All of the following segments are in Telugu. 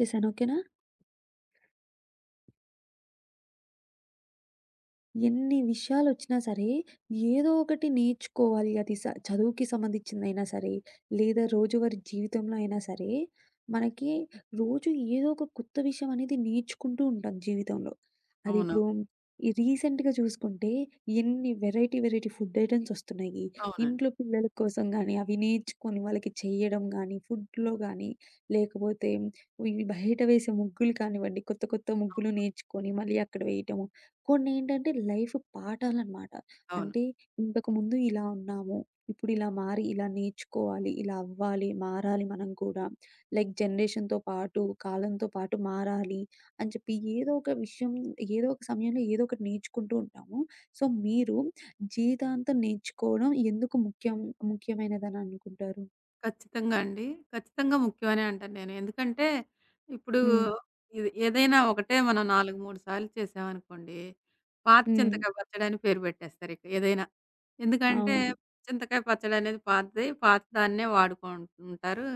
చేశాను. ఓకేనా? ఎన్ని విషయాలొచ్చినా సరే, ఏదో ఒకటి నేర్చుకోవాలి. అది చదువుకి సంబంధించిందైనా సరే, లేదా రోజువారీ జీవితంలో అయినా సరే, మనకి రోజు ఏదో ఒక కొత్త విషయం అనేది నేర్చుకుంటూ ఉంటాం జీవితంలో. అది అవును. ఇప్పుడు ఈ రీసెంట్‌గా చూసుకుంటే, ఎన్ని వెరైటీ, వెరైటీ ఫుడ్ ఐటెమ్స్ ఒస్తున్నాయి. అవునండి. ఇంట్లో పిల్లల కోసం గానీ, అవి నేర్చుకొని వాళ్ళకి చెయ్యడం గానీ, ఫుడ్‌లో గానీ, లేకపోతే ఇవి బయట వేసే ముగ్గులు కానివ్వండి, కొత్త కొత్త ముగ్గులు నేర్చుకొని మళ్ళీ అక్కడ వేయటము. కొన్నేంటంటే లైఫ్ పాఠాలనమాట. అవును. అంటే ఇంతకుముందు ఇలా ఉన్నాము. ఇప్పుడు ఇలా మారి ఇలా నేర్చుకోవాలి. ఇలా అవ్వాలి. మారాలి మనం కూడా. లైక్ జనరేషన్‌తో పాటు, కాలంతో పాటు మారాలి అని చెప్పి ఏదో ఒక విషయం, ఏదో ఒక సమయంలో ఏదో ఒకటి నేర్చుకుంటూ ఉంటాము. సో, మీరు జీవితాంతం నేర్చుకోవడం ఎందుకు ముఖ్యం ముఖ్యమైనదని అనుకుంటారు? ఖచ్చితంగా అండి. ఖచ్చితంగా ముఖ్యమనే అంటాను నేను. ఎందుకంటే, ఇప్పుడు హ్మ్. ఇది ఏదైనా ఒకటే మనం 4, 3 సార్లు చేసామనుకోండి, పాత హ్మ్. చింతకాయ పచ్చడి అని పేరు పెట్టేస్తారు ఇక ఏదైనా. ఎందుకంటే, అవును. చింతకాయ పచ్చడనేది పాతది. పాత దాన్నే వాడుకుంటుంటారు.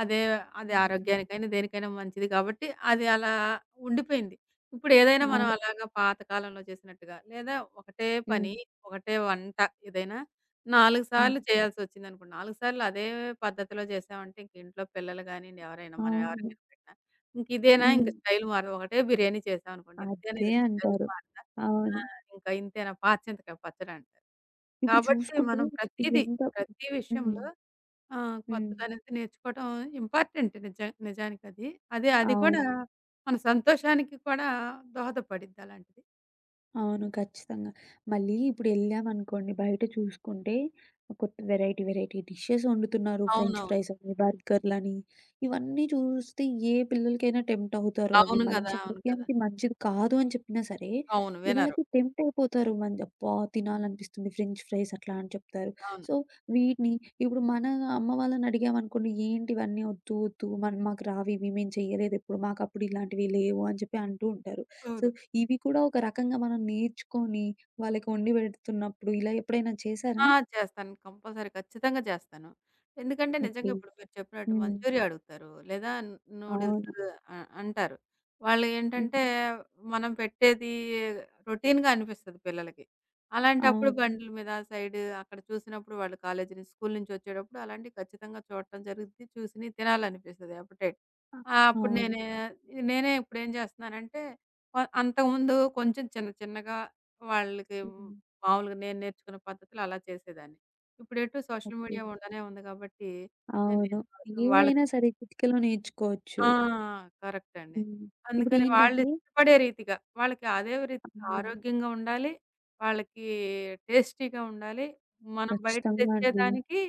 అదే అది హ్మ్. ఆరోగ్యానికైనా, దేనికైనా మంచిది కాబట్టి, అది అలా ఉండిపోయింది. ఇప్పుడు ఏదైనా మనం అవును. అలాగా పాత కాలంలో చేసినట్టుగా, లేదా ఒకటే హ్మ్. పని, ఒకటే వంట ఏదైనా 4 హ్మ్. సార్లు చేయాల్సొచ్చిందనుకోండి. 4 సార్లు అదే పద్ధతిలో చేసామంటే ఇంక ఇంట్లో పిల్లలు గానియండి, ఎవరైనా మనం అవును. ఎవరికైనా పెట్టినా ఇంకిదేనా హ్మ్. ఇంక స్టైల్ మారదా? ఒకటే బిర్యానీ చేసామనుకోండి. ఇంతేనా అదే ఇది స్టైల్ అంటారు. మారదా? ఆ! అవును. ఇంకా ఇంతేనా పాతచింతకాయ పచ్చడంటారు. ఇప్పుడు కాబట్టి చూసుకుంటే మనం ప్రతీదీ, ఎంత. ప్రతి హ్మ్. విషయంలో హ్మ్. కొత్తదనేది నేర్చుకోవటం ఇంపార్టెంట్ నిజానికది. అది కూడా అవును. మన సంతోషానికి కూడా దోహదపడిద్ది అలాంటిది. అవును. ఖచ్చితంగా. మళ్ళీ ఇప్పుడు ఎళ్ళామనుకోండి బయట చూసుకుంటే కొత్త వెరైటీ, వెరైటీ డిషెస్ వండుతున్నారు. ఫ్రెంచ్ అవునవును. ఫ్రైస్ అని, బర్గర్‌లని ఇవన్నీ చూస్తే ఏ పిల్లలకైనా టెంప్ట్ అవుతారు. అవి అవును గదా! మంచి అవును కదా! ఆరోగ్యానికి మంచిది కాదు అని చెప్పినా సరే, అవును. వినరు. వాళ్ళకి టెంప్ట్ అయిపోతారు. మంచి అబ్బా! తినాలనిపిస్తుంది ఫ్రెంచ్ ఫ్రైస్ అట్లా అని చెప్తారు. అవును. సో, వీటిని ఇప్పుడు మన అమ్మ వాళ్ళని అడిగామనుకోండి, ఏంటి ఇవన్నీ వద్దు, వద్దు మన మాకు రావివి మేము చేయలేదెప్పుడు. మాకప్పుడు ఇలాంటివి లేవు అని చెప్పి అంటూ ఉంటారు. సో, అవును. ఇవి కూడా ఒక రకంగా మనం నేర్చుకొని వాళ్ళకి వండి పెడుతున్నప్పుడు ఇలా ఎప్పుడైనా చేశారా? ఆ! చేస్తాను. కంపల్సరీ ఖచ్చితంగా చేస్తాను. ఎందుకంటే ఓకే. నిజంగా ఇప్పుడు మీరు చెప్పినట్టు హ్మ్. మంచూరియా అడుగుతారు. లేదా నూడిల్స్ అవును. అంటారు. వాళ్ళు హ్మ్. ఏంటంటే మనం పెట్టేది రొటీన్‌గా అనిపిస్తది పిల్లలకి. అలాంటప్పుడు అవును. బండ్ల మీద సైడ్ అక్కడ చూసినప్పుడు వాళ్ళు కాలేజీ నుంచి, స్కూల్ నుంచి వచ్చేటప్పుడు అలాంటివి ఖచ్చితంగా చూడటం జరుగుద్ది. చూసినయి తినాలనిపిస్తది అపెటైట్. ఆ! అప్పుడు అవును. నేనే నేనే ఇప్పుడేం చేస్తున్నానంటే, అంతకుముందు కొంచెం చిన్న చిన్నగా వాళ్ళకి హ్మ్. మామూలుగా నేను నేర్చుకున్న పద్ధతిలో అలా చేసేదాన్ని. ఇప్పుడెటు సోషల్ ఓకే. మీడియా ఉండనే ఉంది కాబట్టి నేను అవును. వాళ్ళకి ఏదైనా సరే చిటికెలో నేర్చుకోవచ్చు. ఆ! కరెక్ట్ అండి. హ్మ్. అందుకని వాళ్ళు ఇప్పుడేంటంటే ఇష్టపడే రీతిగా వాళ్ళకి అదే రీతిగా అవును. ఆరోగ్యంగా ఉండాలి. వాళ్ళకి టేస్టీగా ఉండాలి. మనం బయట ఖచ్చితంగా అండి. తెచ్చేదానికి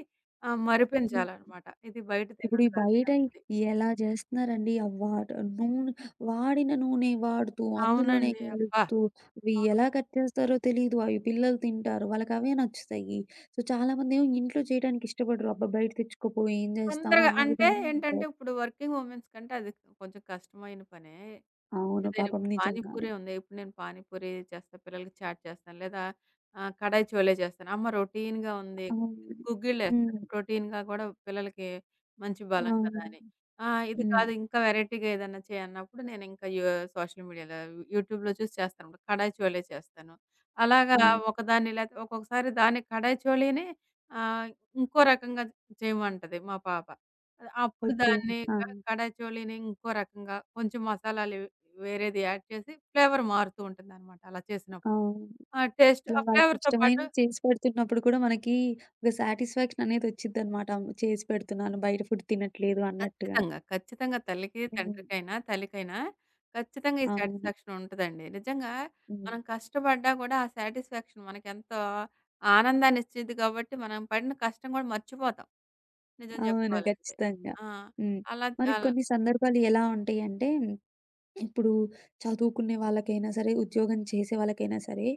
మరిపించాలనమాట. ఇది బయట ఇప్పుడు ఈ తినడంలాగానే బయట ఉంది. ఎలా జేస్తున్నారండి. ఆ వాట నూనె వాడిన నూనె వాడుతూ, అందులోనే అవునండి. అబ్బా! కలుపుతూ అవి అవును. ఎలా కట్ చేస్తారో తెలీదు. అవి పిల్లలు తింటారు. వాళ్ళకవే నచ్చుతాయి. సో, చాలామందేమో ఇంట్లో చేయడానికి ఇష్టపడరు. అబ్బా! బయట తెచ్చుకోపోయి ఏం జేస్తాము తొందరగా అన్న అంటే విధంగా ఏంటంటే ఉంటారు. ఇప్పుడు వర్కింగ్ ఉమెన్స్ కంటే అది కొంచెం కష్టమైన పనే. అవును. ఏదైనా పాపం ఇప్పుడు పానీపూరి నిజంగానే. ఉంది. ఇప్పుడు నేను పానీపూరి చేస్తా. పిల్లలకి చాట్ చేస్తాను. లేదా కడాయి చోలే చేస్తాను. అమ్మ రొటీన్‌గా ఉంది. అవును. హ్మ్. గుగ్గిళ్ళేస్తాను. ప్రోటీన్‌గా కూడా పిల్లలకి మంచి బలం కదా! అవును. అని. ఆ! ఇది హ్మ్. కాదు ఇంకా వెరైటీగా ఏదన్నా చెయ్యి అన్నప్పుడు నేను ఇంకా సోషల్ మీడియాలో యూట్యూబ్‌లో చూసి చేస్తాను. ఇప్పుడు కడాయి చోలే చేస్తాను. అలాగా అవును. ఒకదాన్ని లేతే ఒక్కొక్కసారి దాన్ని కడాయి చోలీని ఆహ్, ఇంకో రకంగా చేయమంటది మా పాప. అప్పుడు ఓకే. దాన్ని ఆ! క కడాయి చోలీని ఇంకో రకంగా కొంచెం మసాలాలు వేరేది యాడ్ చేసి ఫ్లేవర్ మారుతూ ఉంటుందనమాట అలా చేసినప్పుడు. అవును. ఆ! టేస్ట్ ఇలా ఆ ఫ్లేవర్‌తో పాటు వాళ్ళకిష్టమైనది చేసి పెడుతున్నప్పుడు కూడా మనకి ఒక సాటిస్ఫాక్షన్ అనేదొచ్చిద్దనమాట. చేసి పెడుతున్నాను, బయట ఫుడ్ తినట్లేదు అన్నట్టుగా. ఖచ్చితంగా. ఖచ్చితంగా తల్లికి, హ్మ్. తండ్రికైనా, తల్లికైనా ఖచ్చితంగా ఈ అవును. సాటిస్ఫాక్షన్ ఉంటదండి. నిజంగా హ్మ్. మనం కష్టపడ్డా కూడా ఆ సాటిస్ఫాక్షన్ మనకెంతో ఆనందాన్నిచ్చిద్ది కాబట్టి మనం పడిన కష్టం కూడా మర్చిపోతాం. నిజం అవును. చెప్పుకోవాలంటే. ఖచ్చితంగా. ఆ! హ్మ్. అలా మరి అలా కొన్ని సందర్భాలు ఎలా ఉంటాయంటే ఇప్పుడు చదువుకునే వాళ్ళకైనా సరే, ఉద్యోగం చేసే వాళ్ళకైనా సరే,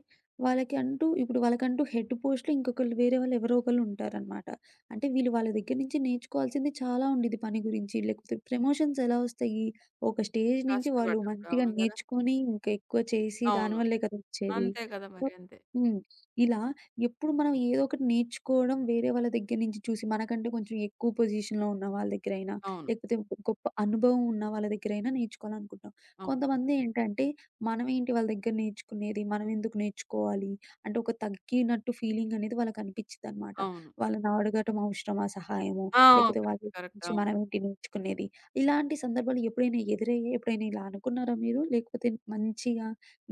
వాళ్ళకి అంటూ ఇప్పుడు వాళ్ళకంటూ హెడ్ పోస్ట్‌లో ఇంకొకళ్ళు వేరే వాళ్ళు ఎవరో ఒకళ్ళు ఉంటారనమాట. అంటే వీళ్ళు వాళ్ళ దగ్గర నుంచి నేర్చుకోవాల్సింది చాలా ఉండిద్ది పని గురించి. లేకపోతే ప్రమోషన్స్ ఎలా వస్తాయి? ఒక స్టేజ్ నుంచి వాళ్ళు కష్టపడ్డప్పుడు. మంచిగా అవును కదా! నేర్చుకొని ఇంకా ఎక్కువ చేసి అవును. దానివల్లే కదా వచ్చేది. అంతే కదా! సో, మరి అంతే. హ్మ్, ఇలా ఎప్పుడు మనం ఏదో ఒకటి నేర్చుకోవడం వేరే వాళ్ళ దగ్గర నుంచి చూసి మనకంటే కొంచెం ఎక్కువ పొజిషన్‌లో ఉన్న వాళ్ళ దగ్గరైనా, అవును. లేకపోతే గొప్ప అనుభవం ఉన్న వాళ్ళ దగ్గరైనా నేర్చుకోవాలనుకుంటాం. అవును. కొంతమంది ఏంటంటే, మనమేంటి వాళ్ళ దగ్గర నేర్చుకునేది, మనమెందుకు నేర్చుకోవాలి, అంటే ఒక తగ్గినట్టు ఫీలింగనేది వాళ్ళకనిపిచ్చిద్దనమాట. అవును. వాళ్ళని అడగటం అవసరమా సహాయము, ఆ! లేకపోతే వాళ్ళ కరెక్ట్. కరెక్ట్. నుంచి అవును. మనమేంటి నేర్చుకునేది. ఇలాంటి సందర్భాలు ఎప్పుడైనా ఎదురయ్యాయి? ఎప్పుడైనా ఇలా అనుకున్నారా మీరు? లేకపోతే మంచిగా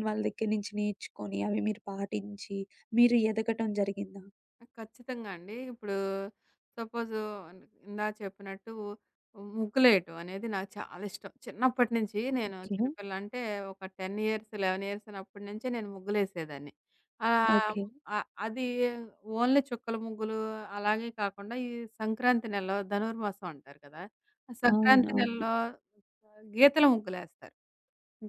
వాళ్ళ దగ్గర నుంచి నేర్చుకొని, అవి మీరు పాటించి, మీరు ఎదగటం జరిగిందా? ఖచ్చితంగా అండి. ఇప్పుడు సపోజ్ ఇందాక చెప్పినట్టు ముగ్గులేయటం అనేది నాకు చాలా ఇష్టం. చిన్నప్పటి నుంచి నేను ఓకే. చిన్నపిల్ల అంటే ఒక 10 ఇయర్స్, 11 ఇయర్స్ అప్పటి నుంచే నేను ముగ్గులేసేదాన్ని. ఆహ్, ఓకే. ఆహ్, అది ఓన్లీ చుక్కల ముగ్గులు అలాగే కాకుండా ఈ సంక్రాంతి నెలలో ధనుర్మాసం అంటారు కదా! ఆ అవును. సంక్రాంతి అవును. నెలలో గీతల ముగ్గులేస్తారు.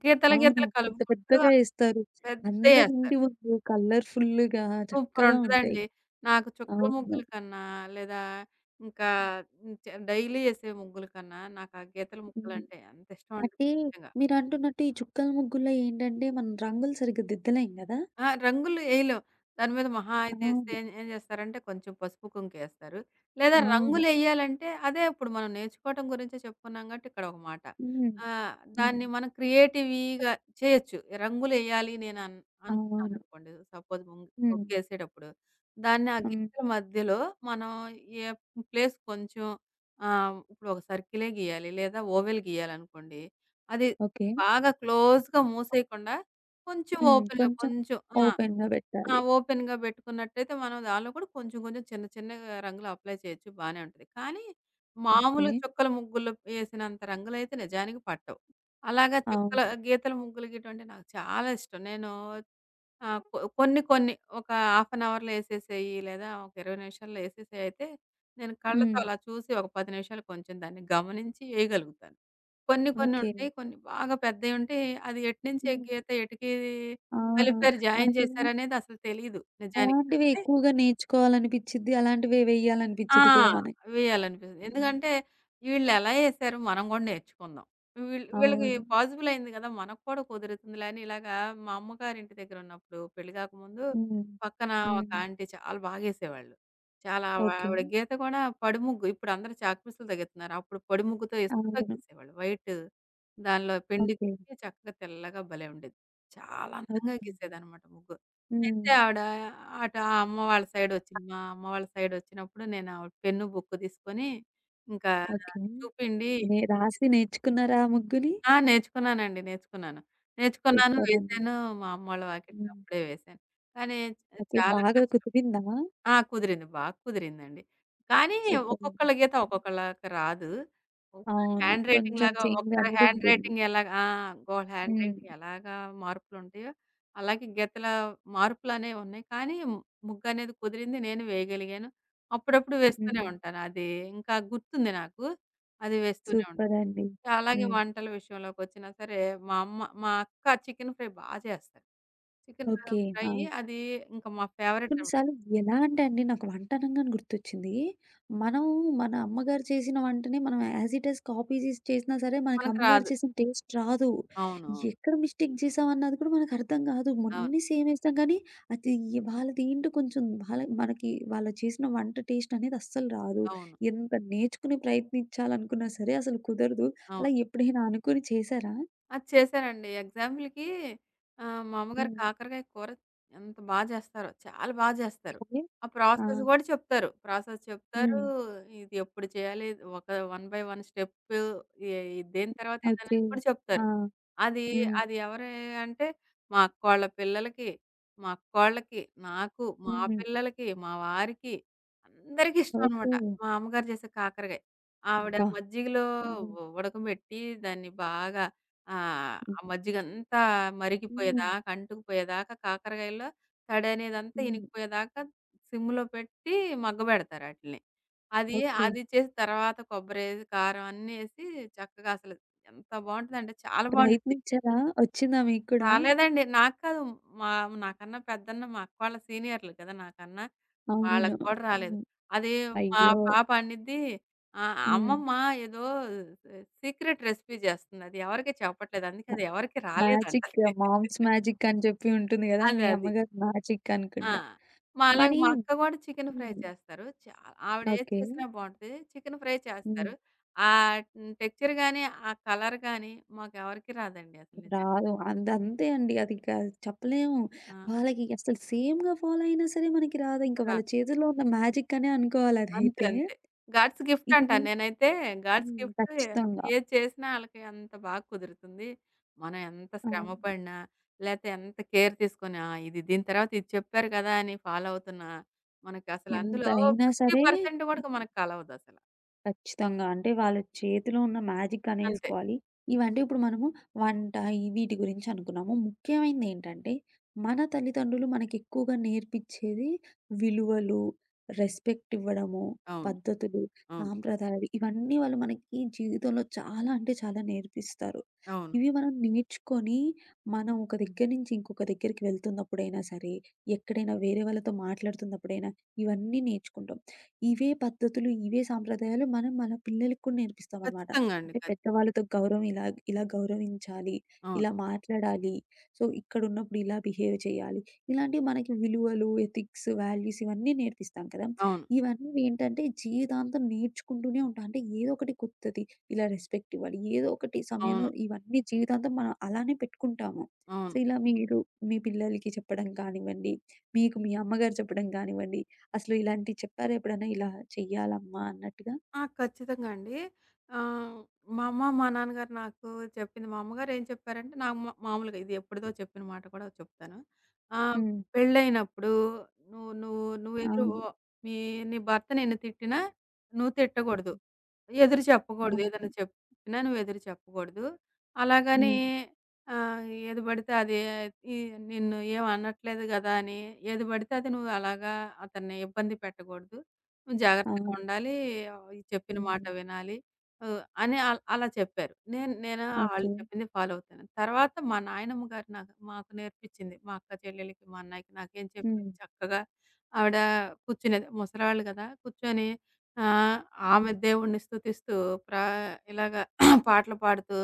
గీతలు అవును. గీతలు పెద్ద కలుపుకుంటూ పెద్దగా ఏస్తారు. అందరి ఇంటి పెద్దయేస్తారు. ముందు కలర్‌ఫుల్‌గా చక్కగా ఉంటాయి. సూపరుంటదండి. నాకు చుక్కల అవును. ముగ్గుల కన్నా, లేదా ఇంకా హ్మ్, చ డైలీ యేసే ముగ్గుల కన్నా, నాకు ఆ గీతల హ్మ్. ముక్కలంటే అంతిష్టమండి అంటే నిజంగా. మీరంటున్నట్టు ఈ చుక్కల ముగ్గుల్లో ఏంటంటే, మనం రంగులు సరిగ్గా దిద్దలేం గదా! ఆ! రంగులు ఎయలేం. దాని మీద మహా అయితే ఏస్తే అవును. ఏం ఏం జేస్తారంటే కొంచెం పసుపు, కుంకేస్తారు. లేదా అవును. రంగులెయ్యాలంటే అదే ఇప్పుడు మనం నేర్చుకోవటం గురించే చెప్పుకున్నాం గాబట్టి ఇక్కడ ఒక మాట. హ్మ్. ఆహ్, హ్మ్. దాన్ని మనం క్రియేటివ్‌గా చేయొచ్చు. రంగులెయ్యాలి అవును. అనుకున్నాననుకోండి. సపోజ్ హ్మ్. ముగ్గేసేటప్పుడు దాన్ని ఆ హ్మ్. గీతల మధ్యలో మనం ఏ ప్లేస్ కొంచెం ఆహ్, ఇప్పుడు ఒక సర్కిలే గీయాలి లేదా ఓవెల్ గీయాలనుకోండి. అది ఓకే. బాగా క్లోజ్‌గా మూసేయకుండా కొంచెం హ్మ్. ఓపెన్‌గా కొంచెం కొంచెం ఆ! ఓపెన్‌గా ఆ! పెట్టాలి. ఓపెన్‌గా పెట్టుకున్నట్టయితే మనం దానిలో కూడా కొంచెం కొంచెం చిన్న చిన్నగా రంగులు అప్లై చేయొచ్చు బానే ఉంటది. కానీ ఓకే. మామూలు చుక్కల ముగ్గులు ఏసినంత రంగులైతే నిజానికి పట్టవు. అలాగా అవును. గీతల ముగ్గులు గీయటం అంటే నాకు చాలా ఇష్టం. నేను ఆహ్, కొ కొన్ని కొన్ని ఒక హాఫ్ అన్ అవర్‌లో ఏసేసేయి లేదా ఒక 20 నిమిషాల్లో ఏసేసేయి అయితే నేను కళ్ళతో హ్మ్. అలా చూసి ఒక 10 నిమిషాలు కొంచెం దాన్ని గమనించి ఏయగలుగుతాను. కొన్ని ఓకే. కొన్నుంటాయి. కొన్ని బాగా పెద్దయుంటే అది ఎటు నుంచి హ్మ్. ఎటుకి అవును. కలిపారు, జాయిన్ మనకేమో చేశారనేది అసలు తెలీదు నిజానికి. అలాంటివే అంటే ఎక్కువగా నేర్చుకోవాలనిపిచ్చిద్ది. అలాంటివే ఆ! వెయ్యాలనిపిచ్చిద్ది కూడా మనకి. వేయాలనిపిస్తుంది. హ్మ్. ఎందుకంటే వీళ్ళెలా ఏశారు మనం గూడా నేర్చుకుందాం. వీళ్ళకి అవును. పాజిబుల్ అయింది గదా! మనకు కూడా కుదురుతుందిలే అని ఇలాగా మా అమ్మగారింటి దగ్గరున్నప్పుడు పెళ్లి గాకముందు హ్మ్. పక్కన ఒక హ్మ్. ఆంటీ చాలా బాగేసేవాళ్ళు. చాలా ఓకే. ఆవిడ గీత గూడా పడిముగ్గు ఇప్పుడు అందరూ చాక్‌పీసులతో గీతున్నారు. అప్పుడు పొడిముగ్గుతో ఇసుకతో అవును. గీసేవాళ్ళు. వైట్ దానిలో పిండి ఓకే. చక్కగా తెల్లగా భలే ఉండేది. చాలా అందంగా హ్మ్. గీసేదనమాట ముగ్గు. హ్మ్. అయితే ఆవిడ అటు ఆ అమ్మ వాళ్ళ సైడొచ్చింది. మా అమ్మ వాళ్ళ సైడొచ్చినప్పుడు నేను ఆవిడ పెన్ను, బుక్కు తీసుకొని ఇంకా ఓకే. చూపిండి నే రాసి నేర్చుకున్నారా ఆ ముగ్గుని? ఆ! నేర్చుకున్నానండి. నేర్చుకున్నాను. నేర్చుకున్నాను, సూపరండి. వేశాను. మా అమ్మోళ్ళ వాకిట్లో హ్మ్. అప్పుడే వేశాను. కానీ ఓకే. చాలా బాగా కష్టం. కుదిరిందా? ఆ! కుదిరింది. బా కుదిరిందండి. కానీ సూపర్. అండి. ఒక్కొక్కళ్ళ గీత హ్మ్. ఒక్కొక్కలాగా రాదు. ఒకరి అవును. హ్యాండ్ రైటింగ్ కొంచెం లాగా చేంజ్ ఒకరి అనేది హ్యాండ్ ఉంటుంది. రైటింగ్ ఎలాగా ఆ! గోల హ్యాండ్ హ్మ్. రైటింగ్ ఎలాగా మార్పులుంటాయో, అలాగే గీతల మార్పులనేవి ఉన్నాయి. కానీ ముగ్గనేది కుదిరింది. నేను వేయగలిగాను. అప్పుడప్పుడు వేస్తూనే హ్మ్. ఉంటాను. అది ఇంకా గుర్తుంది నాకు. అది వేస్తూనే ఉంటాను. సూపరండి. అలాగే హ్మ్. వంటల విషయంలోకొచ్చినా సరే, మా అమ్మ మా అక్క చికెన్ ఫ్రై బా చేస్తది. Chicken okay. ఫ్రై ఆ! అది ఇంకా మా ఫేవరెట్ కొన్ని అనమాట. సార్లు ఎలా అంటే అండి నాకు వంట అనంగానే గుర్తొచ్చింది. మనం మన అమ్మగారు చేసిన వంటని మనం యాజ్ ఇట్ ఈజ్ కాపీ చేసి చేసినా సరే మనకి మనకు అమ్మగారు రాదు. చేసిన టేస్ట్ రాదు. అవునవును. అవును. ఎక్కడ మిస్టేక్ చేసామన్నది కూడా మనకర్థం కాదు. అవును. అన్నీ సేమ్ ఏస్తాం కానీ అది వాళ్ళదేంటో కొంచెం వాళ్ళ మనకి వాళ్ళు చేసిన వంట టేస్ట్ అనేది అస్సలు రాదు. అవును. ఎంత నేర్చుకుని ప్రయత్నించాలనుకున్నా సరే అసలు కుదరదు. అవును అలా ఎప్పుడైనా అనుకుని చేశారా? అది చేశానండి. ఎగ్జాంపుల్‌కి మా అమ్మగారు హ్మ్. కాకరకాయ కూర ఎంత బా చేస్తారో, చాలా బా చేస్తారు. ఓకే. ఆ ఆ! ప్రాసెస్ గూడా చెప్తారు. ప్రాసెస్ చెప్తారు. హ్మ్. ఇది ఎప్పుడు చేయాలి? ఒక వన్ బై వన్ స్టెప్ ఏ దేని తర్వాత ఓకే. ఏదనేది కూడా ఆ! చెప్తారు. అది, హ్మ్. అది ఎవరి అంటే మా అక్కోళ్ళ పిల్లలకి, మా అక్కోళ్ళకి, నాకు, మా హ్మ్. పిల్లలకి, మా వారికి అందరికీ ఇష్టం ఓకే. అనమాట. మా అమ్మగారు చేసే కాకరకాయ. ఆవిడ అబ్బా! మజ్జిగలో హ్మ్. ఉడకబెట్టి దాన్ని బాగా ఆ! హ్మ్. ఆ మజ్జిగంతా హ్మ్. మరిగిపోయేదాకా, అంటుకుపోయేదాకా కాకరకాయలో తడనేదంతా హ్మ్. ఇనికిపోయేదాకా సిమ్‌లో పెట్టి మగ్గబెడతారు ఆటిల్ని. అది ఓకే. అది చేసి తర్వాత కొబ్బరేసి, కారం అన్నీ ఏసి చక్కగా అసలు ఎంత బావుంటదంటే చాలా బావుంటది. ప్రయత్నించారా? వచ్చిందా మీకు కూడా? రాలేదండి. నాకు కాదు మా నాకన్నా పెద్దన్న మా అక్క వాళ్ళ సీనియర్‌లు కదా! నాకన్నా. అవును. వాళ్ళకి కూడా రాలేదు. హ్మ్. అది మా అయ్యో! పాప అనిద్ది ఆహ్, హ్మ్. అమ్మమ్మ ఏదో సీక్రెట్ రెసిపీ చేస్తుంది. అది ఎవరికీ చెప్పట్లేదు. అందుకే మ అది ఎవరికీ రాలేదంట. మ్యాజిక్ మామ్స్ మ్యాజిక్ అని చెప్పి ఉంటుంది గదా! అది మీ అది. అమ్మగారి మ్యాజిక్ ఆ! అనుకుంటా. మా అలాగే మరి మా అక్క కూడా చికెన్ ఫ్రై హ్మ్. చేస్తారు. ఆవిడ ఏది ఓకే. చేసినా బావుంటది. చికెన్ ఫ్రై హ్మ్. చేస్తారు. ఆ టెక్స్చర్ గాని, ఆ కలర్ గాని మాకెవరికీ రాదండి అసలు నిజంగా. రాదు. అంత అంతే అండి. అది ఇక చెప్పలేము. ఆ! వాళ్ళకి అసలు సేమ్‌గా ఫాలో అయినా సరే మనకి రాదు. ఇంక రా వాళ్ళ చేతుల్లో ఉన్న మ్యాజిక్ అనే అనుకోవాలి అంతే. అదైతే. అంతే. గాడ్స్ గిఫ్ట్ ఇది అంటాను నేనైతే. గాడ్స్ హ్మ్. గిఫ్ట్ ఖచ్చితంగా. ఏది చేసినా ఆళ్ళకి అంత బాగా కుదురుతుంది. మనం ఎంత శ్రమ అవును. పడినా, లేతే ఎంత కేర్ తీసుకున్నా, ఇది దీని తర్వాత ఇది చెప్పారు కదా! అని ఫాలో అవుతున్నా, మనకసలు ఎంత అందులో అయినా సరే 50% కూడా మనకు కలవదసల. ఖచ్చితంగా. అంటే వాళ్ళ చేతిలో ఉన్న మ్యాజిక్ అంతే. అనేసుకోవాలి. ఇవంటే ఇప్పుడు మనము వంట ఈ వీటి గురించి అనుకున్నాము. ముఖ్యమైనదేంటంటే మన తల్లిదండ్రులు మనకెక్కువగా నేర్పిచ్చేది విలువలు, రెస్పెక్ట్ ఇవ్వడము, అవును. పద్ధతులు, అవును. సాంప్రదాయాలు ఇవన్నీ వాళ్ళు మనకి జీవితంలో చాలా అంటే చాలా నేర్పిస్తారు. అవును. ఇవి మనం నేర్చుకొని మనం ఒక దగ్గర నుంచి ఇంకొక దగ్గరికి వెళ్తున్నప్పుడైనా సరే, ఎక్కడైనా వేరే వాళ్ళతో మాట్లాడుతున్నప్పుడైనా ఇవన్నీ నేర్చుకుంటాం. ఇవే పద్ధతులు, ఇవే సాంప్రదాయాలు మనం మన పిల్లలకి కూడా నేర్పిస్తామనమాట. ఖచ్చితంగా అండి. అంటే పెద్దవాళ్ళతో గౌరవం ఇలా, ఇలా గౌరవించాలి, అవును. ఇలా మాట్లాడాలి, సో ఇక్కడున్నప్పుడు ఇలా బిహేవ్ చేయాలి. ఇలాంటివి మనకి విలువలు, ఎథిక్స్, వాల్యూస్ ఇవన్నీ నేర్పిస్తాం కదా! అవును. ఇవన్నీ ఏంటంటే జీవితాంతం నేర్చుకుంటూనే ఉంటాం. అంటే ఏదో ఒకటి కొత్తది ఇలా రెస్పెక్ట్ ఇవ్వాలి. ఏదో ఒకటి సమయంలో అవును. ఇవన్నీ జీవితాంతం మనం అలానే పెట్టుకుంటాము. సో, అవును. ఇలా మీరు మీ పిల్లలకి చెప్పడం కానివ్వండి, మీకు మీ అమ్మగారు చెప్పడం కానివ్వండి, అసలు ఇలాంటివి చెప్పారా ఎప్పుడైనా? ఇలా చెయ్యాలమ్మా అన్నట్టుగా? ఆ! ఖచ్చితంగా అండి. ఆహ్, మా అమ్మ, మా నాన్నగారు నాకు చెప్పింది మా అమ్మగారు ఏం చెప్పారంటే, నాకు మా మామూలుగా ఇది ఎప్పుడుదో చెప్పిన మాట కూడా చెప్తాను. ఆహ్, హ్మ్. పెళ్ళైనప్పుడు నువ్వు నువ్వు నువ్వెదురు అవును. మీ నీ భర్త నిన్ను తిట్టినా నువ్వు తిట్టకూడదు. హ్మ్. ఎదురు చెప్పకూడదు. అవును. ఏదైనా చెప్పినా నువ్వు ఎదురు చెప్పకూడదు. అలాగని హ్మ్. ఏది పడితే అది ఈ నిన్ను ఏం అనట్లేదు గదా! అని ఏది పడితే అది నువ్వు అలాగా అతన్ని ఇబ్బంది పెట్టకూడదు. జాగ్రత్తగా అవును. ఉండాలి. ఈ చెప్పిన మాట హ్మ్. వినాలి. అని అలా చెప్పారు. నేను నేను ఆళ్ళు ఓకే. చెప్పింది ఫాలో అవుతాను. తర్వాత మా నాయనమ్మ గారు మాకు నేర్పించింది. మా అక్క చెల్లెలకి, మా అన్నయ్యకి నాకేం హ్మ్. చెప్పేది చక్కగా ఆవిడ కూర్చునేది. ముసలాళ్ళు గదా! కూర్చొని ఆహ్, ఆమె హ్మ్. దేవుడిని స్తుతిస్తూ ప్రా ఇలాగ పాటలు పాడుతూ,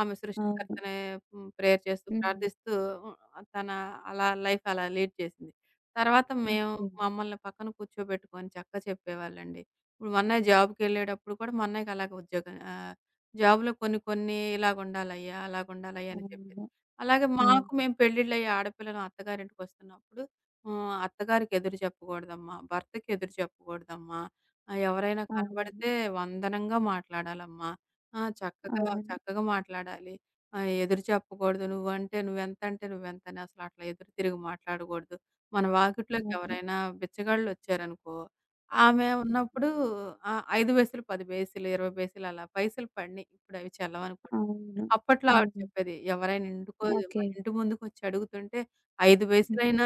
ఆమె అవును. సృష్టికర్తనే ప్రేయర్ చేస్తూ, హ్మ్. ప్రార్థిస్తూ హ్మ్, తన అలా లైఫ్ అలా లీడ్ చేసింది. తర్వాత మేము ఓకే. మమ్మల్ని పక్కన కూర్చోబెట్టుకొని చక్కగా చెప్పేవాళ్ళండి. ఇప్పుడు మా అన్నయ్య జాబ్‌కెళ్ళేటప్పుడు కూడా మా అన్నయ్యకి అలాగే ఉద్యోగం జాబ్‌లో కొన్ని కొన్ని ఇలాగుండాలయ్యా, అలాగుండాలయ్యా అని చెప్పేది. అవును. అలాగే హ్మ్. మాకు మేము పెళ్ళిళ్ళయ్యి ఆడపిల్లలం అత్తగారింటికొస్తున్నప్పుడు అత్తగారికి ఎదురు చెప్పకూడదమ్మా, భర్తకి ఎదురు చెప్పకూడదమ్మా, ఎవరైనా అవును. కనబడితే వందనంగా మాట్లాడాలమ్మా, ఆ! చక్కగా అవును. చక్కగా మాట్లాడాలి. ఎదురు చెప్పకూడదు నువ్వంటే నువ్వెంతంటే నువ్వెంతని అసలట్లా ఎదురు తిరిగి మాట్లాడకూడదు. మన వాకిట్లోకి అవును. ఎవరైనా బిచ్చగాళ్ళొచ్చారనుకో, ఆమె ఉన్నప్పుడు 5 పైసలు, 10 పైసలు, 20 పైసలు అలా పైసలు పడినయి. ఇప్పుడవి చల్లవనుకోండి. అవును. అప్పట్లో ఆవిడ హ్మ్. చెప్పేది, ఎవరైనా ఇంటికో ఓకే. మన ఇంటి ముందుకొచ్చి అడుగుతుంటే 5 హ్మ్. పైసలైనా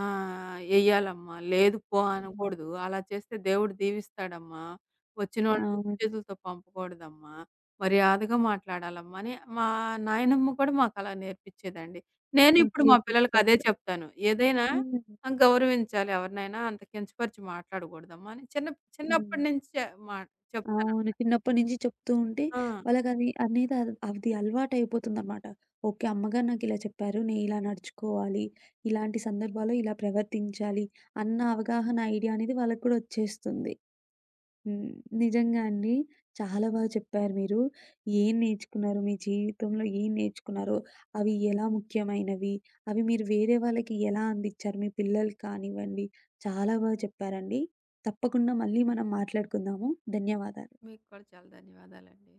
ఆ! ఎయ్యాలమ్మా. లేదు పో హ్మ్. అనకూడదు. అలా చేస్తే దేవుడు దీవిస్తాడమ్మా. వచ్చినోళ్ళని ఉట్టి అవును. చేతులతో పంపకూడదమ్మా. మర్యాదగా మాట్లాడాలమ్మా అని మా నాయనమ్మ కూడా మాకలా నేర్పిచ్చేదండి. నేను ఇప్పుడు ఓకే. మా పిల్లలకి అదే సూపర్. చెప్తాను. ఏదైనా హ్మ్. గౌరవించాలి ఎవరినైనా అంత కించపరిచి మాట్లాడకూడదమ్మా అని హ్మ్. చిన్నప్పటి నుంచే మా చెప్తాను. అవును. చిన్నప్పటి నుంచి చెప్తూ ఉంటే ఆ! వాళ్ళకది అనేది అది అలవాటయిపోతుందనమాట. ఓకే. అమ్మగారు నాకిలా చెప్పారు. నేను ఇలా నడుచుకోవాలి. ఇలాంటి సందర్భాల్లో ఇలా ప్రవర్తించాలి అన్న అవగాహన ఐడియా అనేది వాళ్ళకి కూడా వచ్చేస్తుంది. హ్మ్. నిజంగా అండి. చాలా బాగా చెప్పారు మీరు. ఏం నేర్చుకున్నారు? మీ జీవితంలో ఏం నేర్చుకున్నారో, అవి ఎలా ముఖ్యమైనవి, అవి మీరు వేరే వాళ్ళకి ఎలా అందిచ్చారు? మీ పిల్లలకి కానివ్వండి. చాలా బాగా చెప్పారండి. తప్పకుండా మళ్ళీ మనం మాట్లాడుకుందాము. ధన్యవాదాలు. మీకు కూడా చాలా ధన్యవాదాలండి.